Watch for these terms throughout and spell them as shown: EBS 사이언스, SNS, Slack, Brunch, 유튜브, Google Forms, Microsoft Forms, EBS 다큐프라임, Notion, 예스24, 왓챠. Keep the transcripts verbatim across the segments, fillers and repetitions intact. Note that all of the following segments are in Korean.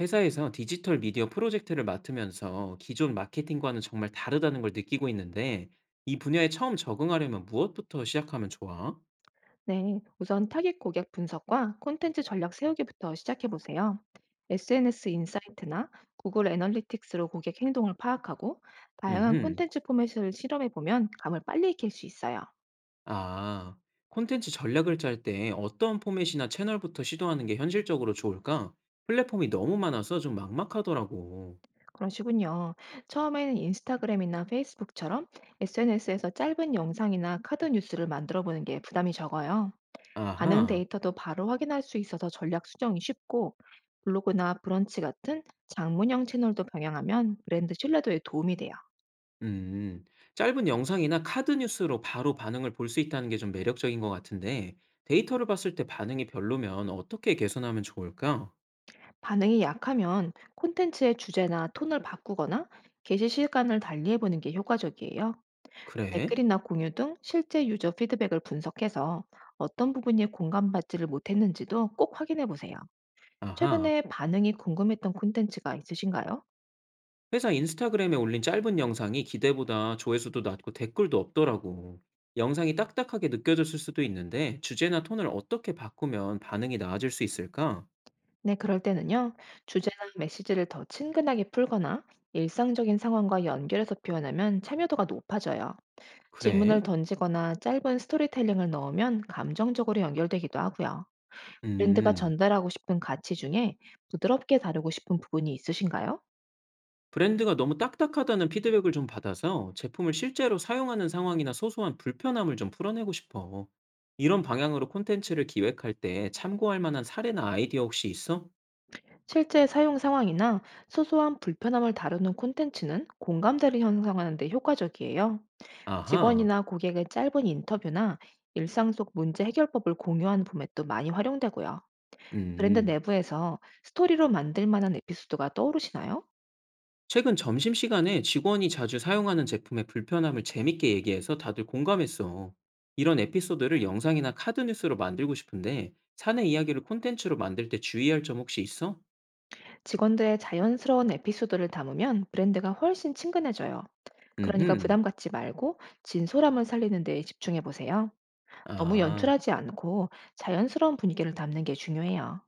회사에서 디지털 미디어 프로젝트를 맡으면서 기존 마케팅과는 정말 다르다는 걸 느끼고 있는데, 이 분야에 처음 적응하려면 무엇부터 시작하면 좋아? 네, 우선 타깃 고객 분석과 콘텐츠 전략 세우기부터 시작해 보세요. 에스엔에스 인사이트나 구글 애널리틱스로 고객 행동을 파악하고 다양한 음, 콘텐츠 포맷을 실험해 보면 감을 빨리 익힐 수 있어요. 아, 콘텐츠 전략을 짤 때 어떤 포맷이나 채널부터 시도하는 게 현실적으로 좋을까? 플랫폼이 너무 많아서 좀 막막하더라고. 그러시군요. 처음에는 인스타그램이나 페이스북처럼 에스엔에스에서 짧은 영상이나 카드 뉴스를 만들어 보는 게 부담이 적어요. 반응 아하. 데이터도 바로 확인할 수 있어서 전략 수정이 쉽고 블로그나 브런치 같은 장문형 채널도 병행하면 브랜드 신뢰도에 도움이 돼요. 음, 짧은 영상이나 카드 뉴스로 바로 반응을 볼 수 있다는 게 좀 매력적인 것 같은데, 데이터를 봤을 때 반응이 별로면 어떻게 개선하면 좋을까? 반응이 약하면 콘텐츠의 주제나 톤을 바꾸거나 게시 시간을 달리해보는 게 효과적이에요. 그래? 댓글이나 공유 등 실제 유저 피드백을 분석해서 어떤 부분이 공감받지를 못했는지도 꼭 확인해 보세요. 아하. 최근에 반응이 궁금했던 콘텐츠가 있으신가요? 회사 인스타그램에 올린 짧은 영상이 기대보다 조회수도 낮고 댓글도 없더라고. 영상이 딱딱하게 느껴졌을 수도 있는데 주제나 톤을 어떻게 바꾸면 반응이 나아질 수 있을까? 네, 그럴 때는요. 주제나 메시지를 더 친근하게 풀거나 일상적인 상황과 연결해서 표현하면 참여도가 높아져요. 질문을 그래? 던지거나 짧은 스토리텔링을 넣으면 감정적으로 연결되기도 하고요. 브랜드가 음. 전달하고 싶은 가치 중에 부드럽게 다루고 싶은 부분이 있으신가요? 브랜드가 너무 딱딱하다는 피드백을 좀 받아서 제품을 실제로 사용하는 상황이나 소소한 불편함을 좀 풀어내고 싶어. 이런 방향으로 콘텐츠를 기획할 때 참고할 만한 사례나 아이디어 혹시 있어? 실제 사용 상황이나 소소한 불편함을 다루는 콘텐츠는 공감대를 형성하는 데 효과적이에요. 아하. 직원이나 고객의 짧은 인터뷰나 일상 속 문제 해결법을 공유하는 폼에도 많이 활용되고요. 브랜드 음. 내부에서 스토리로 만들 만한 에피소드가 떠오르시나요? 최근 점심시간에 직원이 자주 사용하는 제품의 불편함을 재밌게 얘기해서 다들 공감했어. 이런 에피소드를 영상이나 카드 뉴스로 만들고 싶은데, 사내 이야기를 콘텐츠로 만들 때 주의할 점 혹시 있어? 직원들의 자연스러운 에피소드를 담으면 브랜드가 훨씬 친근해져요. 그러니까 음흠. 부담 갖지 말고 진솔함을 살리는 데 집중해 보세요. 너무 아, 연출하지 않고 자연스러운 분위기를 담는 게 중요해요.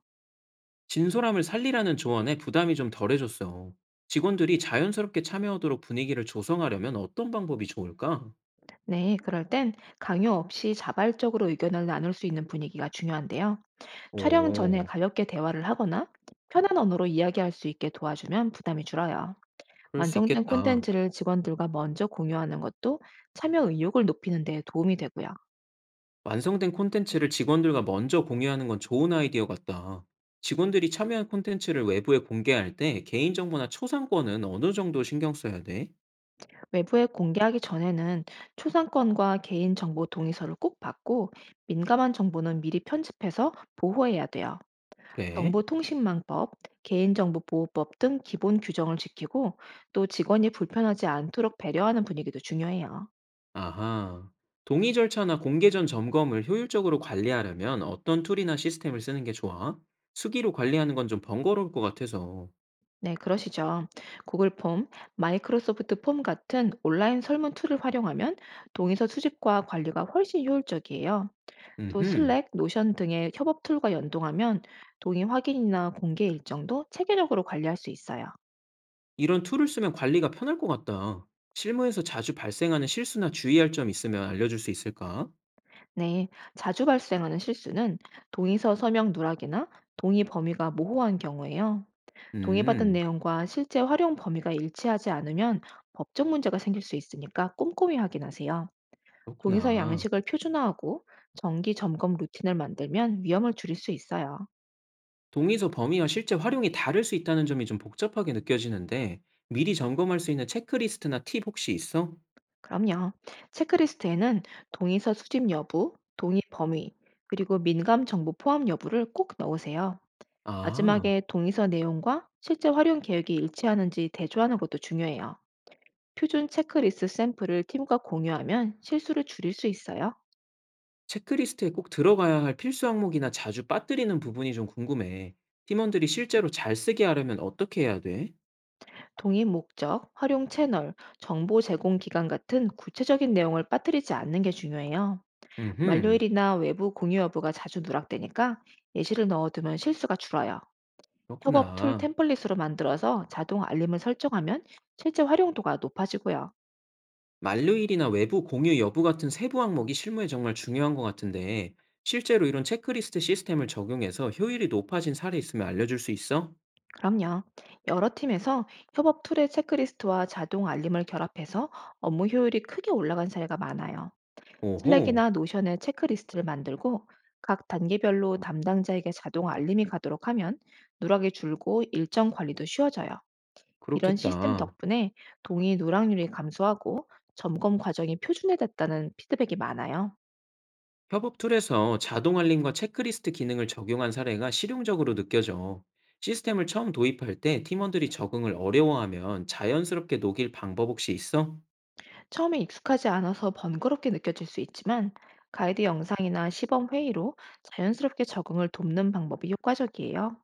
진솔함을 살리라는 조언에 부담이 좀 덜해졌어. 직원들이 자연스럽게 참여하도록 분위기를 조성하려면 어떤 방법이 좋을까? 네, 그럴 땐 강요 없이 자발적으로 의견을 나눌 수 있는 분위기가 중요한데요. 촬영 전에 오, 가볍게 대화를 하거나 편한 언어로 이야기할 수 있게 도와주면 부담이 줄어요. 그럴 수 완성된 있겠다. 콘텐츠를 직원들과 먼저 공유하는 것도 참여 의욕을 높이는 데 도움이 되고요. 완성된 콘텐츠를 직원들과 먼저 공유하는 건 좋은 아이디어 같다. 직원들이 참여한 콘텐츠를 외부에 공개할 때 개인정보나 초상권은 어느 정도 신경 써야 돼? 외부에 공개하기 전에는 초상권과 개인정보 동의서를 꼭 받고 민감한 정보는 미리 편집해서 보호해야 돼요. 그래? 정보통신망법, 개인정보보호법 등 기본 규정을 지키고 또 직원이 불편하지 않도록 배려하는 분위기도 중요해요. 아하. 동의 절차나 공개 전 점검을 효율적으로 관리하려면 어떤 툴이나 시스템을 쓰는 게 좋아? 수기로 관리하는 건 좀 번거로울 것 같아서. 네, 그러시죠. 구글 폼, 마이크로소프트 폼 같은 온라인 설문 툴을 활용하면 동의서 수집과 관리가 훨씬 효율적이에요. 또 음흠. 슬랙, 노션 등의 협업 툴과 연동하면 동의 확인이나 공개 일정도 체계적으로 관리할 수 있어요. 이런 툴을 쓰면 관리가 편할 것 같다. 실무에서 자주 발생하는 실수나 주의할 점 있으면 알려줄 수 있을까? 네, 자주 발생하는 실수는 동의서 서명 누락이나 동의 범위가 모호한 경우예요. 동의받은 음, 내용과 실제 활용 범위가 일치하지 않으면 법적 문제가 생길 수 있으니까 꼼꼼히 확인하세요. 동의서 그렇구나. 양식을 표준화하고 정기 점검 루틴을 만들면 위험을 줄일 수 있어요. 동의서 범위와 실제 활용이 다를 수 있다는 점이 좀 복잡하게 느껴지는데, 미리 점검할 수 있는 체크리스트나 팁 혹시 있어? 그럼요. 체크리스트에는 동의서 수집 여부, 동의 범위, 그리고 민감 정보 포함 여부를 꼭 넣으세요. 아, 마지막에 동의서 내용과 실제 활용 계획이 일치하는지 대조하는 것도 중요해요. 표준 체크리스트 샘플을 팀과 공유하면 실수를 줄일 수 있어요. 체크리스트에 꼭 들어가야 할 필수 항목이나 자주 빠뜨리는 부분이 좀 궁금해. 팀원들이 실제로 잘 쓰게 하려면 어떻게 해야 돼? 동의 목적, 활용 채널, 정보 제공 기간 같은 구체적인 내용을 빠뜨리지 않는 게 중요해요. 음흠. 만료일이나 외부 공유 여부가 자주 누락되니까 예시를 넣어두면 실수가 줄어요. 협업 툴 그렇구나. 템플릿으로 만들어서 자동 알림을 설정하면 실제 활용도가 높아지고요. 만료일이나 외부 공유 여부 같은 세부 항목이 실무에 정말 중요한 것 같은데, 실제로 이런 체크리스트 시스템을 적용해서 효율이 높아진 사례 있으면 알려줄 수 있어? 그럼요. 여러 팀에서 협업 툴의 체크리스트와 자동 알림을 결합해서 업무 효율이 크게 올라간 사례가 많아요. 오호, 슬랙이나 노션의 체크리스트를 만들고 각 단계별로 담당자에게 자동 알림이 가도록 하면 누락이 줄고 일정 관리도 쉬워져요. 이런 시스템 그렇겠다. 덕분에 동의 누락률이 감소하고 점검 과정이 표준화됐다는 피드백이 많아요. 협업 툴에서 자동 알림과 체크리스트 기능을 적용한 사례가 실용적으로 느껴져. 시스템을 처음 도입할 때 팀원들이 적응을 어려워하면 자연스럽게 녹일 방법 혹시 있어? 처음에 익숙하지 않아서 번거롭게 느껴질 수 있지만 가이드 영상이나 시범 회의로 자연스럽게 적응을 돕는 방법이 효과적이에요.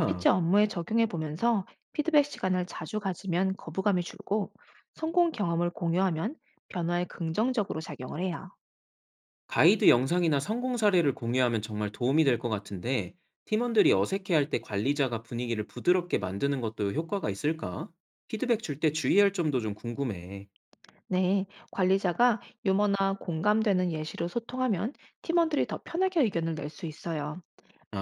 실제 업무에 적용해 보면서 피드백 시간을 자주 가지면 거부감이 줄고 성공 경험을 공유하면 변화에 긍정적으로 작용을 해요. 가이드 영상이나 성공 사례를 공유하면 정말 도움이 될 것 같은데, 팀원들이 어색해할 때 관리자가 분위기를 부드럽게 만드는 것도 효과가 있을까? 피드백 줄 때 주의할 점도 좀 궁금해. 네, 관리자가 유머나 공감되는 예시로 소통하면 팀원들이 더 편하게 의견을 낼 수 있어요.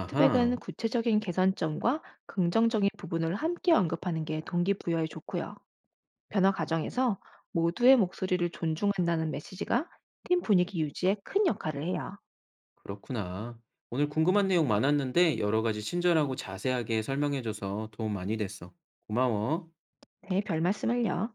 피드백은 구체적인 개선점과 긍정적인 부분을 함께 언급하는 게 동기부여에 좋고요. 변화 과정에서 모두의 목소리를 존중한다는 메시지가 팀 분위기 유지에 큰 역할을 해요. 그렇구나. 오늘 궁금한 내용 많았는데 여러 가지 친절하고 자세하게 설명해줘서 도움 많이 됐어. 고마워. 네, 별 말씀을요.